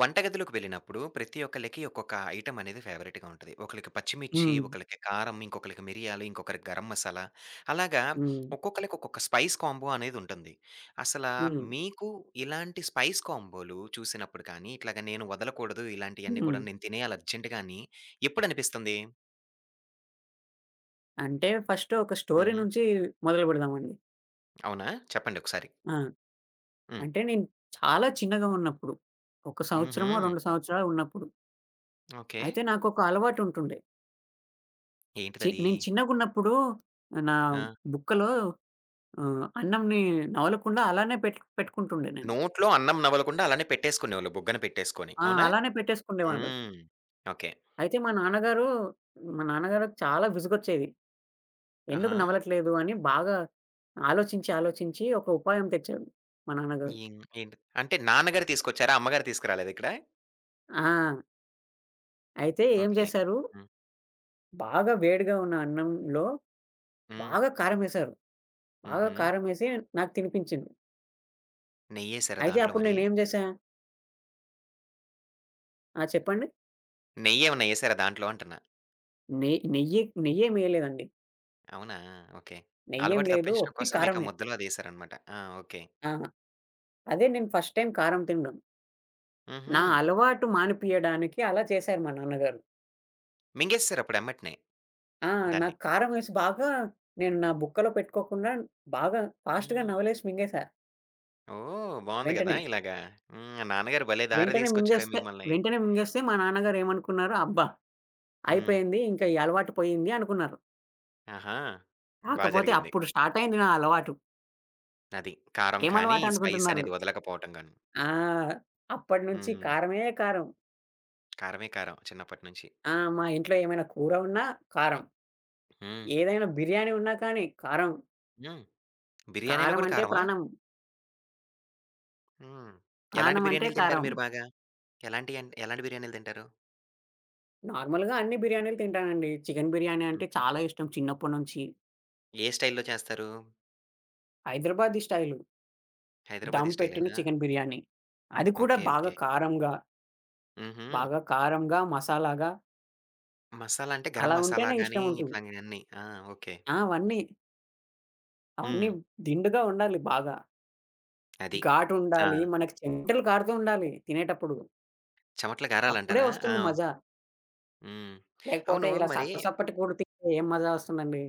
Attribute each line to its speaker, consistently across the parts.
Speaker 1: వంటగదిలోకి వెళ్ళినప్పుడు ప్రతి ఒక్కళ్ళకి ఒక్కొక్క ఐటెం అనేది ఫేవరెట్‌గా ఉంటది. ఒకళ్ళకి పచ్చిమిర్చి,
Speaker 2: హ్మ్.
Speaker 1: ఒకళ్ళకి కారం, ఇంకొకళ్ళకి మిరియాలు, ఇంకొకరికి గరం మసాలా. అలాగా
Speaker 2: హ్మ్.
Speaker 1: ఒక్కొక్కళ్ళకి ఒక్కొక్క స్పైస్ కాంబో అనేదుంటుంది. అసలా
Speaker 2: హ్మ్.
Speaker 1: మీకు ఇలాంటి స్పైస్ కాంబోలు చూసినప్పుడు కానీ, ఇట్లాగ నేను వదలకూడదు ఇలాంటియన్నీ
Speaker 2: హ్మ్.
Speaker 1: కూడా నేను తినేయాలి అర్జెంట్‌గా అని ఎప్పుడనిపిస్తుంది?
Speaker 2: అంటే ఫస్ట్ ఒక స్టోరీ
Speaker 1: హుహు.
Speaker 2: నుంచి మొదలు పెడదామండి.
Speaker 1: అవునా? చెప్పండి ఒకసారి.
Speaker 2: ఆ!
Speaker 1: హ్మ్.
Speaker 2: అంటే నేను చాలా చిన్నగా ఉన్నప్పుడు, 1 సంవత్సరమో,
Speaker 1: హుహు.
Speaker 2: 2 సంవత్సరాలు ఉన్నప్పుడు.
Speaker 1: ఓకే.
Speaker 2: అయితే నాకొక అలవాటు ఉంటుండే.
Speaker 1: ఏంటిదది?
Speaker 2: నేను చిన్నగున్నప్పుడు నా
Speaker 1: ఆ!
Speaker 2: బుక్కలో అన్నంని నవలకుండా అలానే పెట్టుకుంటుండే నేను.
Speaker 1: నోట్లో అన్నం నమలకుండా అలానే పెట్టేసుకునేవాళ్ళు బుగ్గన పెట్టేసుకొని.
Speaker 2: ఆ!
Speaker 1: అవునా?
Speaker 2: అలానే పెట్టేసుకుండేవాడిని.
Speaker 1: హ్మ్. ఓకే.
Speaker 2: అయితే మా నాన్నగారు మా నాన్నగారికి చాలా విసుగొచ్చేది. ఎందుకు
Speaker 1: ఆహా!
Speaker 2: నమలట్లేదు అని బాగా ఆలోచించి, ఆలోచించి ఒక ఉపాయం తెచ్చారు మా నాన్నగారు.
Speaker 1: ఏం ఏంటి అంటే నాన్నగారు తీసుకొచ్చారా? అమ్మగారు తీసుకురాలేదా ఇక్కడ?
Speaker 2: ఆ! అయితే ఏం
Speaker 1: ఓకే.
Speaker 2: చేశారు,
Speaker 1: హ్మ్.
Speaker 2: బాగా వేడిగా ఉన్న అన్నంలో
Speaker 1: హ్మ్.
Speaker 2: బాగా కారమేశారు. బాగా
Speaker 1: హుహు.
Speaker 2: కారమేసి నాకు తినిపించింది.
Speaker 1: నెయ్యేసారా
Speaker 2: అయితే
Speaker 1: దాంట్లో
Speaker 2: అప్పుడు
Speaker 1: మరి?
Speaker 2: నేనేం చేశా, ఆ! చెప్పండి?
Speaker 1: నెయ్యేమన్నా ఏసారా దాంట్లో అంటున్నా?
Speaker 2: నె నెయ్యి నెయ్యేం ఎయలేదండి.
Speaker 1: అవునా? ఓకే.
Speaker 2: నెయ్యేం
Speaker 1: అలవాటు
Speaker 2: లేదు.
Speaker 1: తప్పించడం
Speaker 2: ఒట్టి
Speaker 1: కోసం మీకా
Speaker 2: కారమే.
Speaker 1: ముద్దలో అదేసారనమాట. ఆ! ఓకే.
Speaker 2: ఆ! అదే నేను ఫస్ట్ టైమ్ కారం తినడం. నా
Speaker 1: హుహు.
Speaker 2: అలవాటు మానిపియడానికి అలా చేశారు మా నాన్నగారు.
Speaker 1: మింగేసేసారు అప్పుడు ఎమ్మటనే
Speaker 2: ఆ!
Speaker 1: దాన్ని.
Speaker 2: నాకు కారమేసి బాగా నేను నా బుక్కలో పెట్టుకోకుండా బాగా ఫాస్ట్‌గా
Speaker 1: హ్మ్.
Speaker 2: నవలేసి మింగేసా
Speaker 1: ఓహ్! బావుంది గదా!
Speaker 2: వెంటనే.
Speaker 1: ఇలాగా. హ్మ్. నాన్నగారు భలే దారి
Speaker 2: వెంటనే
Speaker 1: తీసుకొచ్చారే
Speaker 2: మింగేస్తే
Speaker 1: మిమ్మల్ని.
Speaker 2: వెంటనే మింగేస్తే మా నాన్నగారు ఏమనుకున్నారు, అబ్బా!
Speaker 1: హ్మ్.
Speaker 2: అయిపోయింది. ఇంకా ఈ అలవాటు పోయింది అనుకున్నారు.
Speaker 1: ఆహా! బా
Speaker 2: కాకపోతే
Speaker 1: జరిగింది.
Speaker 2: అప్పుడు స్టార్ట్ అయింది నా అలవాటు.
Speaker 1: అది. కారం
Speaker 2: ఏం
Speaker 1: కానీ,
Speaker 2: అలవాటు
Speaker 1: స్పైస్
Speaker 2: అనుకుంటున్నారు?
Speaker 1: అనేది వదలకపోవటం గాని.
Speaker 2: ఆ! అప్పటినుంచి
Speaker 1: హ్మ్.
Speaker 2: కారమే కారం.
Speaker 1: కారమే కారం చిన్నప్పటి నుంచి.
Speaker 2: ఆ! మా ఇంట్లో ఏమైనా కూర ఉన్నా కారం.
Speaker 1: హ్మ్.
Speaker 2: ఏదైనా బిర్యానీ ఉన్నా కానీ కారం.
Speaker 1: హ్మ్. బిర్యానీలో
Speaker 2: కారం
Speaker 1: గూడా
Speaker 2: అంటే
Speaker 1: కారమా?
Speaker 2: ప్రాణం.
Speaker 1: హ్మ్.
Speaker 2: ప్రాణం
Speaker 1: ఎలాంటి
Speaker 2: అంటే
Speaker 1: బిర్యానీలు తింటారు
Speaker 2: కారం.
Speaker 1: మీరు బాగా? ఎలాంటి బిర్యానీలు తింటారు?
Speaker 2: నార్మల్‌గా అన్ని బిర్యానీలు తింటానండి. చికెన్ బిర్యానీ అంటే
Speaker 1: హ్మ్.
Speaker 2: చాలా ఇష్టం చిన్నప్పటి నుంచి.
Speaker 1: ఏ స్టైల్‌లో చేస్తారు?
Speaker 2: హైదరాబాదీ స్టైలు దమ్
Speaker 1: హైదరాబాదీ
Speaker 2: పెట్టిన
Speaker 1: స్టైలేనా?
Speaker 2: చికెన్ బిర్యానీ. అది కూడా
Speaker 1: ఓకే.
Speaker 2: బాగా
Speaker 1: ఓకే.
Speaker 2: కారంగా,
Speaker 1: హుహు.
Speaker 2: బాగా కారంగా, మసాలాగా
Speaker 1: మసాలా అంటే గరం
Speaker 2: అలా
Speaker 1: మసాలా
Speaker 2: ఉంటేనే
Speaker 1: గాని
Speaker 2: ఇష్టం ఉంటుంది.
Speaker 1: ఇట్లాంటియన్నీ. ఆ! ఓకే.
Speaker 2: ఆ! అవన్నీ
Speaker 1: హ్మ్.
Speaker 2: అవన్నీ దిండుగా ఉండాలి బాగా.
Speaker 1: అది. ఆ!
Speaker 2: ఘాటుండాలి. మనకి చెమటలు కారుతూ ఉండాలి తినేటప్పుడు.
Speaker 1: చెమటలు
Speaker 2: అప్పుడే
Speaker 1: గారాలంటారా? ఆ!
Speaker 2: వస్తుంది మజా.
Speaker 1: హ్మ్.
Speaker 2: లేకపోతే
Speaker 1: అవును.
Speaker 2: ఇలా
Speaker 1: మరి
Speaker 2: సప్పటి సప్పటి కూర తింటే ఏం మజా వస్తుందండి.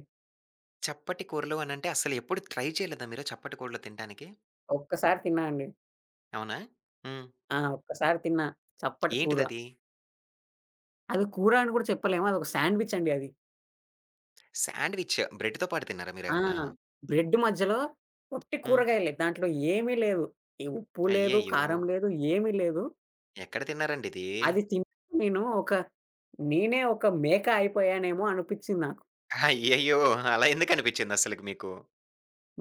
Speaker 1: చప్పటి కూరలు అనంటే అస్సలెప్పుడు ట్రై చేయలేదా మీరు చప్పటి కూరలు తినటానికి?
Speaker 2: ఒక్కసారి తిన్నా అండి.
Speaker 1: అవునా? హ్మ్.
Speaker 2: ఆ! ఒక్కసారి తిన్నా చప్పటి కూర.
Speaker 1: ఏంటిదది?
Speaker 2: అది కూర అని కూడా చెప్పలేము. అదొక శాండ్‌విచ్ అండి అది.
Speaker 1: శాండ్‌విచ్ బ్రెడ్‌తో పాటు తిన్నారా
Speaker 2: ఆ!
Speaker 1: మీరేమన్నా?
Speaker 2: బ్రెడ్ మధ్యలో ఒట్టి
Speaker 1: హ్మ్.
Speaker 2: కూరగాయలే. దాంట్లో ఏమీ లేదు. ఈ ఉప్పు లేదు,
Speaker 1: అయ్యయ్యో!
Speaker 2: కారం లేదు, ఏమీ లేదు.
Speaker 1: ఎక్కడ తిన్నారండిది?
Speaker 2: అది తిని నేను ఒక నేనే ఒక మేక అయిపోయానేమో అనిపించింది నాకు.
Speaker 1: అయ్యయ్యో! అలా ఎందుకనిపిచ్చింది అస్సలకి మీకు?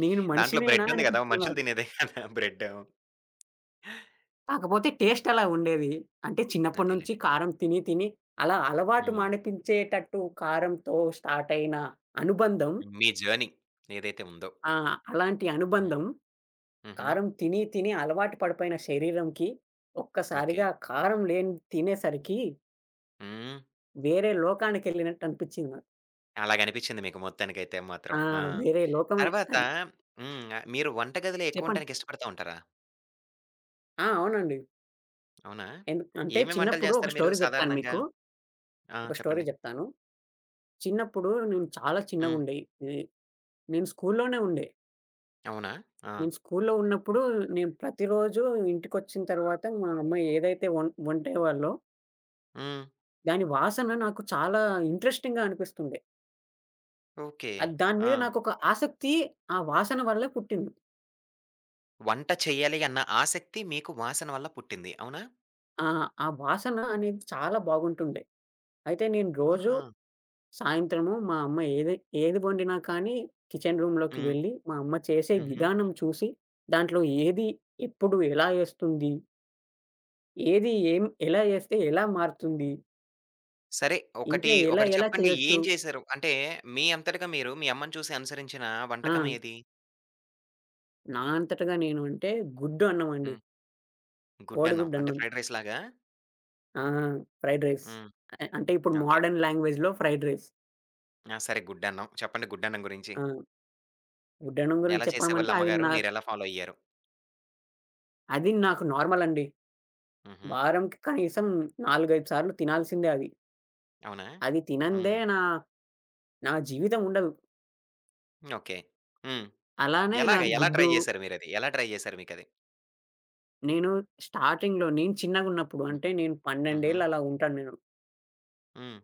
Speaker 2: నేను
Speaker 1: దాంట్లో
Speaker 2: మనిషినేనా
Speaker 1: బ్రెడ్ ఉంది గదా!
Speaker 2: అనిపించింది
Speaker 1: మనుషులు
Speaker 2: నాకు.
Speaker 1: తినేదే కదా! బ్రెడ్.
Speaker 2: కాకపోతే టేస్ట్ అలా ఉండేది. అంటే చిన్నప్పటి నుంచి
Speaker 1: అదేలెండి.
Speaker 2: కారం తిని, తిని అలా అలవాటు
Speaker 1: హ్మ్.
Speaker 2: మానిపించేటట్టు కారంతో స్టార్ట్ అయిన అనుబంధం.
Speaker 1: మీ జర్నీ ఏదైతే ఉందో.
Speaker 2: ఆ! అలాంటి
Speaker 1: హ్మ్.
Speaker 2: అనుబంధం
Speaker 1: హుహు.
Speaker 2: కారం తిని, తిని అలవాటు పడిపోయిన శరీరంకి
Speaker 1: ఓకే.
Speaker 2: ఒక్కసారిగా కారం లేని తినేసరికి
Speaker 1: హ్మ్.
Speaker 2: వేరే లోకానికెళ్ళినట్టు అనిపించింది నాకు.
Speaker 1: అలాగనిపిచ్చింది మీకు మొత్తానికైతే
Speaker 2: ఆ!
Speaker 1: మాత్రం. ఆ!
Speaker 2: వేరే లోకమే
Speaker 1: తర్వాత
Speaker 2: అది.
Speaker 1: హ్మ్. ఆహ్, మీరు వంటగదిలో ఎక్కువ
Speaker 2: చెప్పండి.
Speaker 1: ఉండటానికి ఇష్టపడతా ఉంటారా?
Speaker 2: ఆ! అవునండి.
Speaker 1: అవునా?
Speaker 2: ఎందు అంటే
Speaker 1: ఏమేం వంటలు
Speaker 2: చిన్నప్పుడు ఒక
Speaker 1: జేస్తారు మీరు
Speaker 2: స్టోరీ చెప్తాను
Speaker 1: సాధారణంగా?
Speaker 2: మీకు.
Speaker 1: ఆ!
Speaker 2: ఒక స్టోరీ
Speaker 1: చెప్పండి.
Speaker 2: చెప్తాను. చిన్నప్పుడు నేను చాలా
Speaker 1: హ్మ్.
Speaker 2: చిన్నగుండే. ఎ నేను స్కూల్లోనే ఉండే.
Speaker 1: అవునా? ఆ!
Speaker 2: నేను స్కూల్లో ఉన్నప్పుడు నేను ప్రతిరోజు ఇంటికొచ్చిన తర్వాత మా అమ్మ ఏదైతే వండేవాళ్ళో,
Speaker 1: హ్మ్.
Speaker 2: దాని వాసన నాకు చాలా ఇంట్రెస్టింగ్‌గా అనిపిస్తుండే.
Speaker 1: ఓకే.
Speaker 2: అది దాని
Speaker 1: ఆ!
Speaker 2: మీద నాకొక ఆసక్తి ఆ వాసన వల్ల పుట్టింది.
Speaker 1: వంట చేయాలి అన్న ఆసక్తి మీకు వాసన వల్ల పుట్టింది. అవునా?
Speaker 2: ఆ వాసన అనేది చాలా బాగుంటుండే. అయితే నేను రోజు
Speaker 1: ఆహా!
Speaker 2: సాయంత్రము మా అమ్మ ఏది ఏది వండినా కానీ కిచెన్ రూమ్‌లోకి
Speaker 1: హ్మ్.
Speaker 2: వెళ్ళి మా అమ్మ చేసే
Speaker 1: హుహు.
Speaker 2: విధానం చూసి, దాంట్లో ఏది ఎప్పుడు ఎలా ఏస్తుంది? ఏది ఏం ఎలా ఏస్తే ఎలా మారుతుంది?
Speaker 1: సరే. ఒకటి
Speaker 2: ఇంకా ఎలా
Speaker 1: ఒకటి
Speaker 2: ఎలా
Speaker 1: చెప్పండి
Speaker 2: చేయొచ్చు?
Speaker 1: ఏం చేశారు? అంటే మీ అంతటగా మీరు మీ అమ్మని చూసి అనుసరించిన
Speaker 2: ఆ!
Speaker 1: వంటకం ఏది?
Speaker 2: నా అంతటగా నేను అంటే గుడ్డు అన్నం అండి.
Speaker 1: హ్మ్. గుడ్డన్నం.
Speaker 2: కోడిగుడ్డు
Speaker 1: అంటే
Speaker 2: అన్నం.
Speaker 1: ఫ్రైడ్ రైస్ లాగా?
Speaker 2: ఆ! Fried rice.
Speaker 1: హ్మ్.
Speaker 2: అంటే ఇప్పుడు
Speaker 1: ఓకే.
Speaker 2: మోడర్న్ లాంగ్వేజ్‌లో ఫ్రైడ్ రైస్.
Speaker 1: ఆ! సరే గుడ్డన్నం. చెప్పండి గుడ్డన్నం గురించి.
Speaker 2: ఆ! గుడ్డన్నం గురించి
Speaker 1: ఎలా
Speaker 2: చెప్పడమంటే
Speaker 1: చేసేవాళ్ళు
Speaker 2: అవి
Speaker 1: అమ్మగారు?
Speaker 2: నా
Speaker 1: మీరెలా ఫాలో అయ్యారు?
Speaker 2: అది నాకు నార్మల్ అండి.
Speaker 1: హుహు.
Speaker 2: వారంకి కనీసం 4, 5 సార్లు తినాల్సిందే అది.
Speaker 1: అవునా?
Speaker 2: అది తినందే
Speaker 1: హ్మ్.
Speaker 2: నా నా జీవితం ఉండదు.
Speaker 1: ఓకే. హ్మ్.
Speaker 2: అలానే నా
Speaker 1: ఎలాగ? ఎలా ట్రై
Speaker 2: గుడ్డు
Speaker 1: చేశారు మీరది? ఎలా ట్రై చేశారు మీకది?
Speaker 2: నేను స్టార్టింగ్‌లో నేను చిన్నగున్నప్పుడు
Speaker 1: హ్మ్.
Speaker 2: అంటే నేను 12
Speaker 1: హుహు.
Speaker 2: ఏళ్ళు అలా ఉంటాను నేను.
Speaker 1: హ్మ్.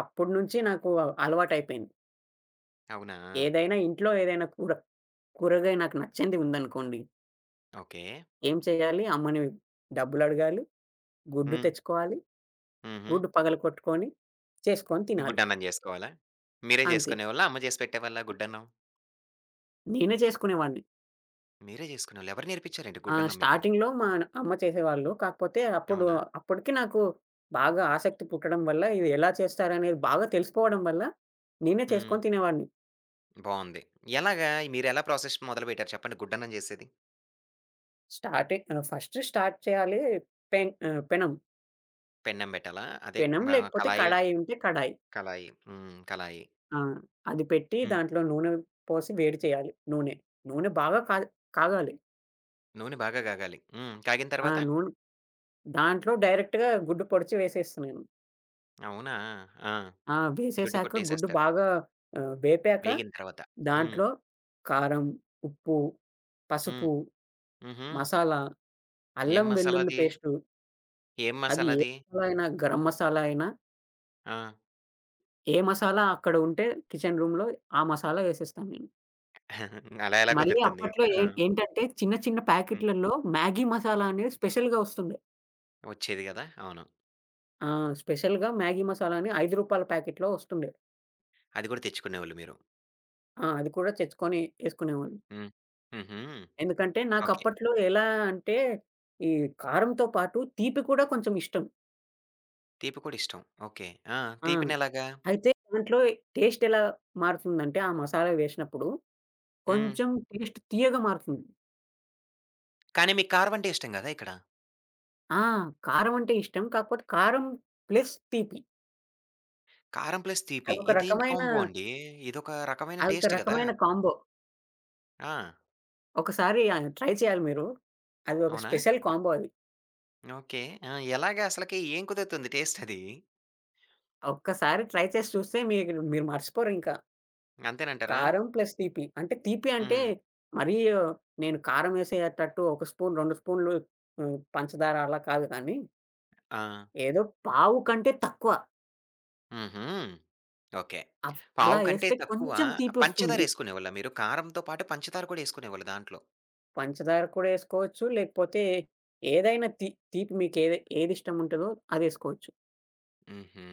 Speaker 2: అప్పటి నుంచి నాకు అలవాటయిపోయింది.
Speaker 1: అవునా?
Speaker 2: ఏదైనా ఇంట్లో ఏదైనా కూర కూరగాయ నాకు నచ్చనిది ఉందనుకోండి.
Speaker 1: ఓకే.
Speaker 2: ఏం చేయాలి? అమ్మని డబ్బులడగాలి, గుడ్డు
Speaker 1: హ్మ్.
Speaker 2: తెచ్చుకోవాలి,
Speaker 1: హుహు.
Speaker 2: గుడ్డు పగలగొట్టుకొని చేసుకొని తినాలి.
Speaker 1: గుడ్డన్నం జేసుకోవాలా? మీరే
Speaker 2: అంతే.
Speaker 1: జేసుకునేవాళ్ళా? అమ్మ జేసి పెట్టేవాళ్ళా గుడ్డన్నం?
Speaker 2: నేనే చేసుకునేవాడిని.
Speaker 1: మీరే జేసుకునేవాళ్ళు. ఎవరు నేర్పించారండి గుడ్డన్నం మీకు?
Speaker 2: స్టార్టింగ్‌లో మా అమ్మ చేసేవాళ్ళు. కాకపోతే అప్పుడు
Speaker 1: అవునా?
Speaker 2: అప్పటికి నాకు బాగా ఆసక్తి పుట్టడం వల్ల ఇది ఎలా చేస్తారనేది బాగా తెలిసిపోవడం వల్ల నేనే
Speaker 1: హ్మ్.
Speaker 2: చేసుకొని తినేవాడిని.
Speaker 1: బావుంది. ఎలాగా మీరెలా ప్రాసెస్ మొదలుపెట్టారు చెప్పండి గుడ్డన్నం జేసేది?
Speaker 2: ఫస్ట్ స్టార్ట్ చేయాలి పెనం.
Speaker 1: పెన్నం బెట్టాలా? అదే
Speaker 2: పెనం
Speaker 1: మా
Speaker 2: లేకపోతే
Speaker 1: కళాయి,
Speaker 2: కడాయి ఉంటే కడాయి.
Speaker 1: కళాయి. హ్మ్. కళాయి.
Speaker 2: ఆ! అది పెట్టి
Speaker 1: హ్మ్.
Speaker 2: దాంట్లో నూనె పోసి వేడి చేయాలి నూనె. నూనె బాగా కాగాలి.
Speaker 1: నూనె బాగా గాగాలి. హ్మ్. కాగిన
Speaker 2: ఆ!
Speaker 1: తర్వాత?
Speaker 2: నూనె దాంట్లో డైరెక్ట్‌గా గుడ్డు పొడిచి వేసేస్తున్నాను.
Speaker 1: అవునా? ఆ!
Speaker 2: ఆ!
Speaker 1: గుడ్డి
Speaker 2: వేసేసాక గుడ్డు
Speaker 1: కొట్టేసేస్తారు.
Speaker 2: బాగా వేపాక
Speaker 1: వేగిన తర్వాత. హ్మ్.
Speaker 2: దాంట్లో కారం, ఉప్పు,
Speaker 1: హ్మ్.
Speaker 2: పసుపు,
Speaker 1: హుహు.
Speaker 2: మసాలా,
Speaker 1: ఏం
Speaker 2: అల్లం వెల్లుల్లి
Speaker 1: మసాలాది?
Speaker 2: పేస్టు
Speaker 1: ఏం
Speaker 2: అది ఏ
Speaker 1: మసాలాది?
Speaker 2: మసాలా అయినా, గరం మసాలా అయినా,
Speaker 1: ఆ!
Speaker 2: ఏ మసాలా అక్కడ ఉంటే కిచెన్ రూమ్‌లో ఆ మసాలా వేసేస్తాను నేను.
Speaker 1: అలా ఎలా
Speaker 2: మళ్ళీ
Speaker 1: కుదురుతుంది?
Speaker 2: అప్పట్లో
Speaker 1: ఆ!
Speaker 2: ఏం ఏంటంటే చిన్న చిన్న
Speaker 1: హ్మ్.
Speaker 2: ప్యాకెట్‌లలో మ్యాగీ మసాలా అనేది స్పెషల్‌గా వస్తుండే.
Speaker 1: వచ్చేది గదా! అవును.
Speaker 2: ఆ! స్పెషల్‌గా మ్యాగీ మసాలా అని రూ. 5 ప్యాకెట్‌లో వస్తుండే.
Speaker 1: అది గూడా తెచ్చుకునేవాళ్ళు మీరు.
Speaker 2: ఆ! అది కూడా తెచ్చుకొని ఏసుకునేవాడిని.
Speaker 1: హ్మ్. హుహు.
Speaker 2: ఎందుకంటే
Speaker 1: ఓకే.
Speaker 2: నాకప్పట్లో ఎలా అంటే ఈ కారంతో పాటు తీపి కూడా కొంచెం ఇష్టం.
Speaker 1: తీపి కూడా ఇష్టం. ఓకే. ఆ!
Speaker 2: ఆ!
Speaker 1: తీపినెలాగా?
Speaker 2: అయితే దాంట్లో టేస్ట్ ఎలా మారుతుందంటే ఆ మసాలా వేసినప్పుడు
Speaker 1: హ్మ్.
Speaker 2: కొంచెం టేస్ట్ తీయగా మారుతుంది.
Speaker 1: కానీ మీకు కారం అంటే ఇష్టం గదా! ఇక్కడ.
Speaker 2: ఆ! కారం అంటే ఇష్టం. కాకపోతే కారం ప్లస్ తీపి
Speaker 1: కారం ప్లస్ తీపి
Speaker 2: అదొక
Speaker 1: ఇదేంటి
Speaker 2: రకమైన
Speaker 1: కాంబో అండి? ఇదొక రకమైన
Speaker 2: అదొక
Speaker 1: టేస్ట్ గదా!
Speaker 2: రకమైన కాంబో.
Speaker 1: ఆ!
Speaker 2: ఒకసారి ఆ! ట్రై చేయాలి మీరు. అది ఒక
Speaker 1: అవునా?
Speaker 2: స్పెషల్ కాంబో అది.
Speaker 1: ఓకే. ఆ! ఎలాగా అసలకి ఏం కుదురుతుంది టేస్ట్ అది?
Speaker 2: ఒక్కసారి ట్రై చేసి చూస్తే మీరు మీరు మర్చిపోరింకా.
Speaker 1: అంతేనంటారా?
Speaker 2: కారం ప్లస్ తీపి. అంటే తీపి అంటే
Speaker 1: హ్మ్.
Speaker 2: మరీ నేను కారం ఏసేటట్టు 1 స్పూన్, 2 స్పూన్లు హ్మ్. పంచదార అలా కాదు కానీ,
Speaker 1: ఆ!
Speaker 2: ఏదో పావు కంటే తక్కువ.
Speaker 1: హుహు. ఓకే.
Speaker 2: అవ్
Speaker 1: పావు
Speaker 2: అలా
Speaker 1: కంటే
Speaker 2: ఏస్తే
Speaker 1: తక్కువ
Speaker 2: కొంచెం
Speaker 1: పంచదార
Speaker 2: తీపొస్తుంది.
Speaker 1: ఎసుకునేవాళ్ళా మీరు? కారంతో పాటు పంచదార కూడా ఎసుకునేవాళ్ళు దాంట్లో.
Speaker 2: పంచదార కూడా ఏసుకోవచ్చు. లేకపోతే ఏదైనా తీపి మీకేది ఏది ఇష్టముంటదో అదేసుకోవచ్చు.
Speaker 1: హుహు.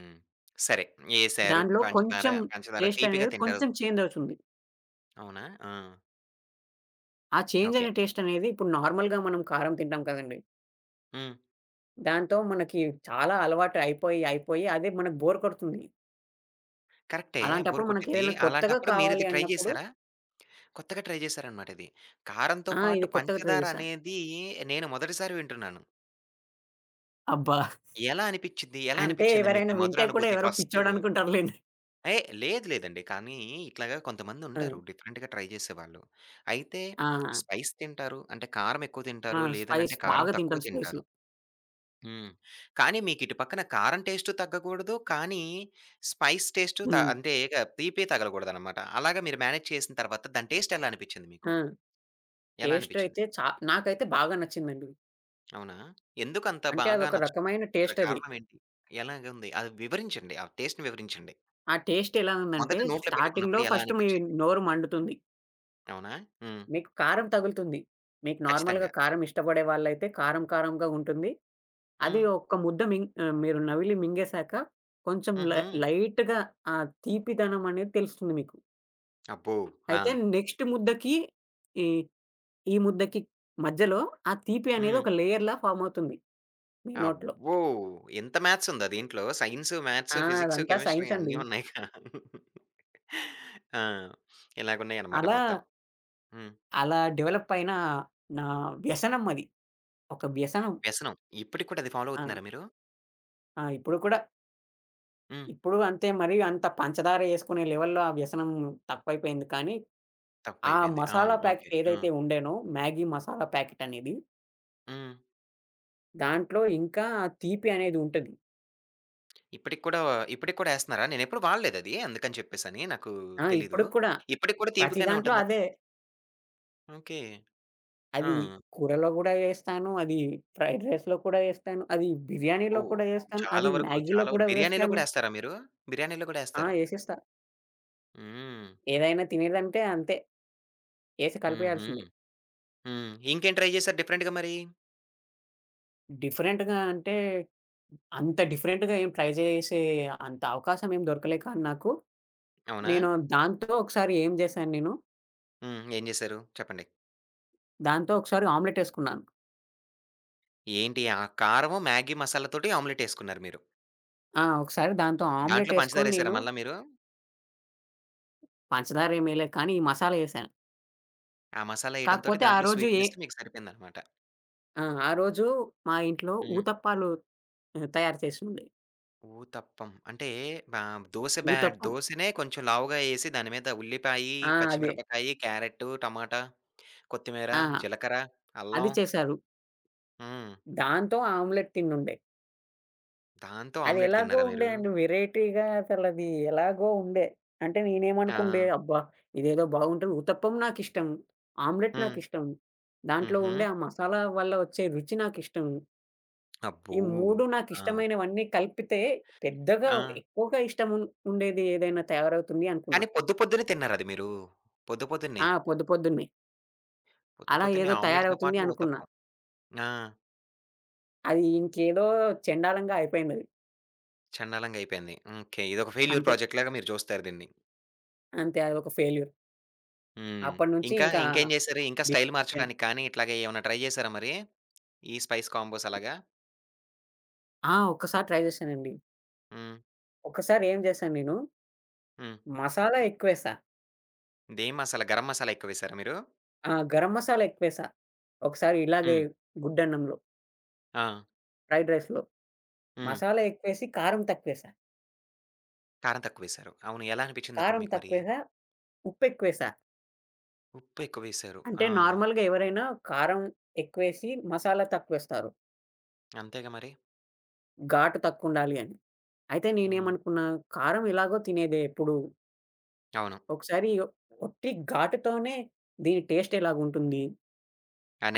Speaker 1: సరే. ఎసారు
Speaker 2: దానిలో
Speaker 1: పంచదార,
Speaker 2: కొంచెం
Speaker 1: పంచదార
Speaker 2: టేస్ట్
Speaker 1: తీపిగా
Speaker 2: అనేది
Speaker 1: తింటారు.
Speaker 2: కొంచెం చేంజ్ అవుతుంది.
Speaker 1: అవునా? ఆ!
Speaker 2: ఆ చేంజ్
Speaker 1: ఓకే.
Speaker 2: అయిన టేస్ట్ అనేది ఇప్పుడు నార్మల్‌గా మనం కారం తింటాం కదండీ!
Speaker 1: హ్మ్.
Speaker 2: దాంతో మనకి చాలా అలవాటు అయిపోయి, అయిపోయి అదే మనకు బోర్ కొడుతుంది.
Speaker 1: కరెక్టే. బోర్
Speaker 2: అలాంటప్పుడు
Speaker 1: కొట్టిద్ది.
Speaker 2: మనకేదైనా కొత్తగా
Speaker 1: అలాంటప్పుడు
Speaker 2: కావాలి
Speaker 1: మీరిది ట్రై
Speaker 2: అన్నప్పుడు
Speaker 1: జేసారా? కొత్తగా ట్రై జేసారనమాట ఇది. కారంతో
Speaker 2: ఆ!
Speaker 1: పాటు
Speaker 2: ఇది కొత్తగా ట్రై
Speaker 1: పంచదార
Speaker 2: చేశా.
Speaker 1: అనేది నేను మొదటిసారి వింటున్నాను.
Speaker 2: అబ్బా!
Speaker 1: ఎలా అనిపిచ్చిద్ది? ఎలా
Speaker 2: అంటే
Speaker 1: అనిపిచ్చింది
Speaker 2: ఎవరైనా
Speaker 1: మీకీ
Speaker 2: వింటే కూడా
Speaker 1: మధురానుభూతి
Speaker 2: ఎవరో
Speaker 1: ఫస్టు?
Speaker 2: పిచ్చోడు అనుకుంటారులెండి.
Speaker 1: ఏహ్! లేదండి. కానీ ఇట్లాగా
Speaker 2: ఆ!
Speaker 1: కొంతమందుంటారు డిఫరెంట్‌గా ట్రై జేసేవాళ్ళు. అయితే
Speaker 2: ఆ!
Speaker 1: స్పైస్ తింటారు. అంటే కారం ఎక్కువ
Speaker 2: ఆ!
Speaker 1: తింటారు.
Speaker 2: స్పైస్
Speaker 1: లేదనంటే కారం
Speaker 2: బాగా
Speaker 1: తక్కువ
Speaker 2: తింటాం స్పైసు.
Speaker 1: తింటారు. హ్మ్. కానీ మీకిటు పక్కన కారం టేస్టు తగ్గకూడదు. కానీ స్పైస్ టేస్టు త
Speaker 2: హ్మ్.
Speaker 1: అంటే ఇగ తీపి తగలకూడదనమాట. అలాగా మీరు మేనేజ్ చేసిన తర్వాత దాని టేస్ట్ ఎలా అనిపిచ్చింది మీకు?
Speaker 2: ఆ!
Speaker 1: ఎలా
Speaker 2: టేస్ట్
Speaker 1: అనిపిచ్చింది?
Speaker 2: అయితే చా నాకైతే బాగా నచ్చిందండి.
Speaker 1: అవునా? ఎందుకంత
Speaker 2: అంటే
Speaker 1: బాగా
Speaker 2: అదొక రకమైన
Speaker 1: నచ్చుతుంది?
Speaker 2: టేస్ట్ అది.
Speaker 1: కారణం ఏంటి? ఎలాగుంది? అది వివరించండి. ఆ టేస్ట్‌ని వివరించండి.
Speaker 2: ఆ టేస్ట్ ఎలా ఉందంటే
Speaker 1: మొదట నోట్లో
Speaker 2: స్టార్టింగ్‌లో
Speaker 1: పెట్టుకున్నప్పుడు ఎలా
Speaker 2: ఫస్ట్ మీ
Speaker 1: అనిపిచ్చింది?
Speaker 2: నోరు మండుతుంది.
Speaker 1: అవునా? హ్మ్.
Speaker 2: మీకు కారం తగులుతుంది. మీకు నార్మల్‌గా
Speaker 1: ఖచ్చితంగా.
Speaker 2: కారం ఇష్టపడే వాళ్ళైతే కారం కారంగా ఉంటుంది. అది
Speaker 1: హ్మ్.
Speaker 2: ఒక్క ముద్ద మీరు నవిలి మింగేసాక కొంచెం
Speaker 1: హుహు.
Speaker 2: లైట్‌గా ఆ తీపిదనం అనేది తెలుస్తుంది మీకు.
Speaker 1: అబ్బో! ఆ!
Speaker 2: అయితే నెక్స్ట్ ముద్దకి ఈ, ఈ ముద్దకి మధ్యలో ఆ తీపి అనేది
Speaker 1: హ్మ్.
Speaker 2: ఒక లేయర్‌లా ఫార్మ్ అవుతుంది మీ నోట్లో.
Speaker 1: అబ్బో! ఎంత మ్యాథ్సుందా దీంట్లో? సైన్సు, మ్యాథ్సు,
Speaker 2: ఆ!
Speaker 1: ఫిజిక్సు,
Speaker 2: అదంతా
Speaker 1: కెమిస్ట్రీ
Speaker 2: సైన్స్ అండి.
Speaker 1: అన్నీ ఉన్నాయిగా. ఆ! ఇలాగున్నాయన్నమాట
Speaker 2: అలా,
Speaker 1: మొత్తం. హ్మ్.
Speaker 2: అలా డెవలప్ అయిన నా వ్యసనం అది. ఒక వ్యసనం.
Speaker 1: వ్యసనం. ఇప్పటికి కూడా అది ఫాలో
Speaker 2: ఆ!
Speaker 1: అవుతున్నారా మీరు?
Speaker 2: ఆ! ఇప్పుడు కూడా
Speaker 1: హ్మ్.
Speaker 2: ఇప్పుడు అంతే మరి అంత పంచదార యేసుకునే లెవెల్‌లో ఆ వ్యసనం తక్కువైపోయింది. కానీ, ఆ
Speaker 1: తప్పయిపోయింది.
Speaker 2: మసాలా
Speaker 1: అవును. ఓకే.
Speaker 2: ప్యాకెట్
Speaker 1: ఆ!
Speaker 2: ఏదైతే ఉండేనో మ్యాగీ మసాలా ప్యాకెట్ అనేది,
Speaker 1: హ్మ్.
Speaker 2: దాంట్లో ఇంకా ఆ తీపి అనేది ఉంటది.
Speaker 1: ఇప్పటికి కూడా ఇప్పటికి కూడా యేస్తన్నారా? నేనెప్పుడు వాడలేదది. అందుకని చెప్పేసని నాకు
Speaker 2: ఆ!
Speaker 1: తెలీదు.
Speaker 2: ఇప్పటికి కూడా
Speaker 1: ఇప్పటికి కూడా
Speaker 2: ప్రతి
Speaker 1: తీపిగానే
Speaker 2: దాంట్లో
Speaker 1: ఉంటుందా?
Speaker 2: అదే.
Speaker 1: ఓకే. ఆ!
Speaker 2: అది కూరలో గూడా యేస్తాను. అది ఫ్రైడ్ రైస్‌లో కూడా యేస్తాను. అది
Speaker 1: అబ్బో!
Speaker 2: బిర్యానీలో కూడా యేస్తాను.
Speaker 1: చాలా
Speaker 2: అది
Speaker 1: వరకు
Speaker 2: మ్యాగీలో
Speaker 1: చాలా
Speaker 2: కూడా
Speaker 1: వరకు బిర్యానీలో
Speaker 2: వేస్తాను.
Speaker 1: కూడా యేస్తారా మీరు? బిర్యానీలో కూడా
Speaker 2: ఆ!
Speaker 1: యేస్తారు.
Speaker 2: యేసేస్తా.
Speaker 1: హ్మ్.
Speaker 2: ఏదైనా తినేదంటే అంతే. యేసి
Speaker 1: హుహు.
Speaker 2: కలిపేయాల్సిందే.
Speaker 1: హ్మ్. ఇంకేం ట్రై చేశారు డిఫరెంట్‌గా మరి?
Speaker 2: డిఫరెంట్‌గా అంటే, అంత డిఫరెంట్‌గా ఏం ట్రై చేసే అంత అవకాశం ఏం దొరకలే కానీ నాకు,
Speaker 1: అవునా?
Speaker 2: నేను దాంతో ఒకసారి ఏం చేశాను నేను,
Speaker 1: హ్మ్. ఏం చేశారు? చెప్పండి.
Speaker 2: దాంతో ఒకసారి ఆమ్లెట్ ఏసుకున్నాను.
Speaker 1: ఏంటి? ఆ కారము, మ్యాగీ మసాలాతోటి ఆమ్లెట్ యేసుకున్నారు మీరు.
Speaker 2: ఆ! ఒకసారి దాంతో
Speaker 1: దాంట్లో
Speaker 2: ఆమ్లెట్ ఏసుకొని
Speaker 1: పంచదారేసారా
Speaker 2: నేను
Speaker 1: మళ్ళా మీరు?
Speaker 2: పంచదార ఏమేయలే కానీ, ఈ మసాలా ఏసాను.
Speaker 1: ఆ మసాలా ఎయటంతోటి
Speaker 2: కాకపోతే
Speaker 1: దాంట్లో స్వీట్‌నెస్ మీకు సరిపోయిందనమాట.
Speaker 2: ఆ! ఆ రోజు మా ఇంట్లో
Speaker 1: హ్మ్.
Speaker 2: ఊతప్పాలు తయారు చేసుండే.
Speaker 1: ఊతప్పం అంటే బా దోస బ్యా
Speaker 2: ఊతప్పం.
Speaker 1: దోసనే కొంచెం లావుగా ఎసి దాని మీద ఉల్లిపాయి,
Speaker 2: ఆ! అదే.
Speaker 1: పచ్చిమిరపకాయి, క్యారెట్టు, టమాటా, కొత్తిమీర,
Speaker 2: ఆ!
Speaker 1: జీలకర్ర,
Speaker 2: అది
Speaker 1: అల్లం
Speaker 2: చేశారు.
Speaker 1: హ్మ్.
Speaker 2: దాంతో ఆమ్లెట్ తినుండే.
Speaker 1: దాంతో
Speaker 2: అది
Speaker 1: ఆమ్లెట్
Speaker 2: ఎలాగో
Speaker 1: తిన్నారా
Speaker 2: ఉండే
Speaker 1: మీరు?
Speaker 2: అండి. వెరైటీగా అసలది ఎలాగో ఉండే. అంటే
Speaker 1: ఆ!
Speaker 2: నేనేమనుకుండే, అబ్బా! ఇదేదో బాగుంటది. ఉతప్పం నాకిష్టం. ఆమ్లెట్
Speaker 1: హ్మ్.
Speaker 2: నాకిష్టం. దాంట్లో
Speaker 1: హుహు.
Speaker 2: ఉండే ఆ మసాలా వల్ల వచ్చే రుచి నాకిష్టం. ఈ
Speaker 1: అబ్బో!
Speaker 2: 3
Speaker 1: ఆ!
Speaker 2: నాకిష్టమైనవన్నీ కలిపితే పెద్దగా
Speaker 1: ఆ!
Speaker 2: ఎక్కువగా ఇష్టం ఉండేది ఏదైనా తయారవుతుంది అనుకున్నా.
Speaker 1: కానీ పొద్దు పొద్దున్నే తిన్నారది మీరు. పొద్దు పొద్దున్నే.
Speaker 2: ఆ! పొద్దు పొద్దున్నే.
Speaker 1: పొద్దు
Speaker 2: అలా
Speaker 1: పొద్దున్నే
Speaker 2: ఏదో
Speaker 1: ఆమ్లెట్‌తో
Speaker 2: తయారవుతుంది
Speaker 1: పాటు
Speaker 2: అనుకున్నా.
Speaker 1: ఊతప్పం. ఆ!
Speaker 2: అది ఇంకేదో చెండాలంగా అయిపోయిందది.
Speaker 1: చండాలంగా అయిపోయింది. ఓకే. ఇదొక ఫెయిల్యూర్
Speaker 2: అంతే.
Speaker 1: ప్రాజెక్ట్ లాగా మీరు చూస్తారు దీన్ని.
Speaker 2: అంతే అదొక ఫెయిల్యూర్.
Speaker 1: హ్మ్.
Speaker 2: అప్పటినుంచి
Speaker 1: ఇంకా,
Speaker 2: ఇంకా
Speaker 1: ఇంకేం జేశారు? ఇంకా స్టైల్
Speaker 2: డిసప్పాయింట్ అయిపోయాను.
Speaker 1: మార్చడానికి కానీ, ఇట్లాగ ఏమన్నా ట్రై జేశారా మరి? ఈ స్పైస్ కాంబోస్ అలాగా?
Speaker 2: ఆ! ఒక్కసారి ట్రై చేశానండి.
Speaker 1: హ్మ్.
Speaker 2: ఒకసారి ఏం చేశాను నేను,
Speaker 1: హ్మ్.
Speaker 2: మసాలా ఎక్కువేశా.
Speaker 1: దేం మసాలా? గరం మసాలా ఎక్కువేశారా మీరు?
Speaker 2: ఆ! గరం మసాలా ఎక్కువేశా. ఒకసారి ఇలాగే
Speaker 1: హ్మ్.
Speaker 2: గుడ్డన్నంలో,
Speaker 1: ఆ!
Speaker 2: ఫ్రైడ్ రైస్‌లో
Speaker 1: హ్మ్.
Speaker 2: మసాలా ఎక్కువేసి, కారం తక్కువేశా.
Speaker 1: కారం తక్కువేశారు. అవును. ఎలా అనిపిచ్చిందప్పుడు
Speaker 2: కారం
Speaker 1: మీకు మరి?
Speaker 2: తక్కువేశా, ఉప్పెక్కువేశా.
Speaker 1: ఉప్పు ఎక్కువేశారు.
Speaker 2: అంటే
Speaker 1: ఆ!
Speaker 2: నార్మల్‌గా ఎవరైనా కారం ఎక్కువేసి, మసాలా తక్కువేస్తారు.
Speaker 1: అంతేగా మరి.
Speaker 2: ఘాటు తక్కువుండాలి అని. అయితే
Speaker 1: హ్మ్.
Speaker 2: నేనేమనుకున్నా, కారం ఎలాగో తినేదే ఎప్పుడు.
Speaker 1: అవును.
Speaker 2: ఒకసారి ఒట్టి ఘాటుతోనే దీని టేస్ట్ ఎలాగుంటుంది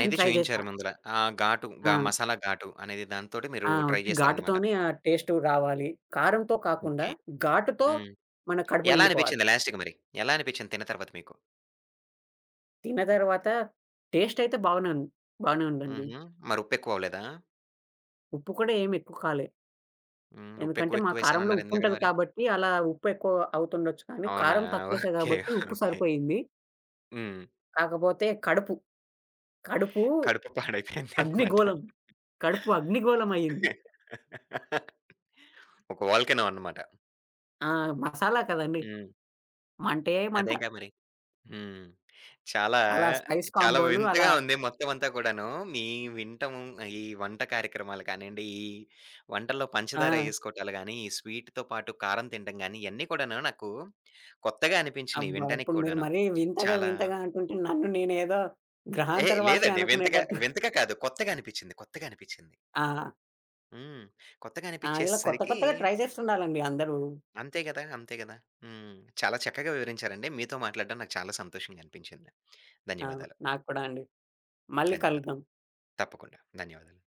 Speaker 2: అని ట్రై చేశా.
Speaker 1: చూయించారు ముందల. ఆ ఘాటు
Speaker 2: ఆ!
Speaker 1: గా మసాలా ఘాటు అనేది దాంతోటి
Speaker 2: ఆ!
Speaker 1: మీరు ట్రై
Speaker 2: ఉట్టి
Speaker 1: జేశారనమాట.
Speaker 2: ఘాటుతోనే ఆ టేస్ట్ రావాలి. కారంతో కాకుండా
Speaker 1: ఓకే.
Speaker 2: ఘాటుతో
Speaker 1: హ్మ్.
Speaker 2: మన కడుపు
Speaker 1: ఎలా
Speaker 2: నిండిపోవాలి.
Speaker 1: అనిపిచ్చింది లాస్ట్‌కి మరి? ఎలా అనిపిచ్చింది తిన్న తర్వాత మీకు?
Speaker 2: తిన్న తర్వాత టేస్ట్ అయితే బాగానే ఉంది. బాగానే ఉందండి.
Speaker 1: హుహు. మరి ఉప్పెక్కువ అవ్వలేదా?
Speaker 2: ఉప్పు కూడా ఏమి ఎక్కువ కాలే.
Speaker 1: హ్మ్.
Speaker 2: ఎందుకంటే
Speaker 1: ఉప్పెక్కువ
Speaker 2: మా కారంలో
Speaker 1: ఎక్కువేశానన్నారు
Speaker 2: ఉప్పు
Speaker 1: ఇందాకడ
Speaker 2: ఉంటది
Speaker 1: మరి?
Speaker 2: కాబట్టి అలా ఉప్పు ఎక్కువ అవుతుండొచ్చు కానీ
Speaker 1: అవునా!
Speaker 2: కారం తక్కువేసా
Speaker 1: ఓకే.
Speaker 2: కాబట్టి ఉప్పు
Speaker 1: ఓకే.
Speaker 2: సరిపోయింది.
Speaker 1: హ్మ్.
Speaker 2: కాకపోతే కడుపు, కడుపు
Speaker 1: కడుపు పాడైపోయిందనమాట.
Speaker 2: అగ్నిగోళం. కడుపు అగ్నిగోళం అయింది.
Speaker 1: ఒక వోల్కనో అన్నమాట.
Speaker 2: ఆ! మసాలా కదండీ!
Speaker 1: హ్మ్.
Speaker 2: మంటే మంట.
Speaker 1: అదేంగా మరి. హ్మ్. చాలా,
Speaker 2: అలా స్పైస్
Speaker 1: చాలా
Speaker 2: కాంబోలు
Speaker 1: వింతగా
Speaker 2: అలా
Speaker 1: ఉంది మొత్తం అంతా కూడాను. మీ వింటము ఈ వంట కార్యక్రమాలు కానియండి, ఈ వంటల్లో
Speaker 2: ఆ!
Speaker 1: పంచదార ఏసుకోవటాలు గాని, ఈ స్వీట్‌తో పాటు కారం తినడం గాని, ఇయన్నీ కూడాను నాకు కొత్తగా అనిపించినియి
Speaker 2: అబ్బా!
Speaker 1: వినటానికి
Speaker 2: ఇప్పుడు మీరు
Speaker 1: కూడాను.
Speaker 2: మరీ
Speaker 1: చాలా
Speaker 2: వింతగా అంటుంటే నన్ను నేనేదో
Speaker 1: ఏ
Speaker 2: గ్రహాంతరవాసి
Speaker 1: లేదండి. వింతగా,
Speaker 2: అనుకునేటట్టు
Speaker 1: వింతగా కాదు. కొత్తగా అనిపించింది.
Speaker 2: ఆ!
Speaker 1: హ్మ్. కొత్తగా
Speaker 2: ఆ! ఇలా కొత్త
Speaker 1: అనిపిచ్చేసరికి
Speaker 2: కొత్తగా ట్రై చేస్తుండాలండి అందరూ.
Speaker 1: అంతే గదా! హ్మ్. చాలా చక్కగా వివరించారండి. మీతో మాట్లాడడం నాకు చాలా సంతోషంగా అనిపించింది.
Speaker 2: ఆ!
Speaker 1: ధన్యవాదాలు.
Speaker 2: నాకు కూడా అండి. మళ్ళీ
Speaker 1: ధన్యవాదాలు.
Speaker 2: కలుద్దాం.
Speaker 1: తప్పకుండా. ధన్యవాదాలు.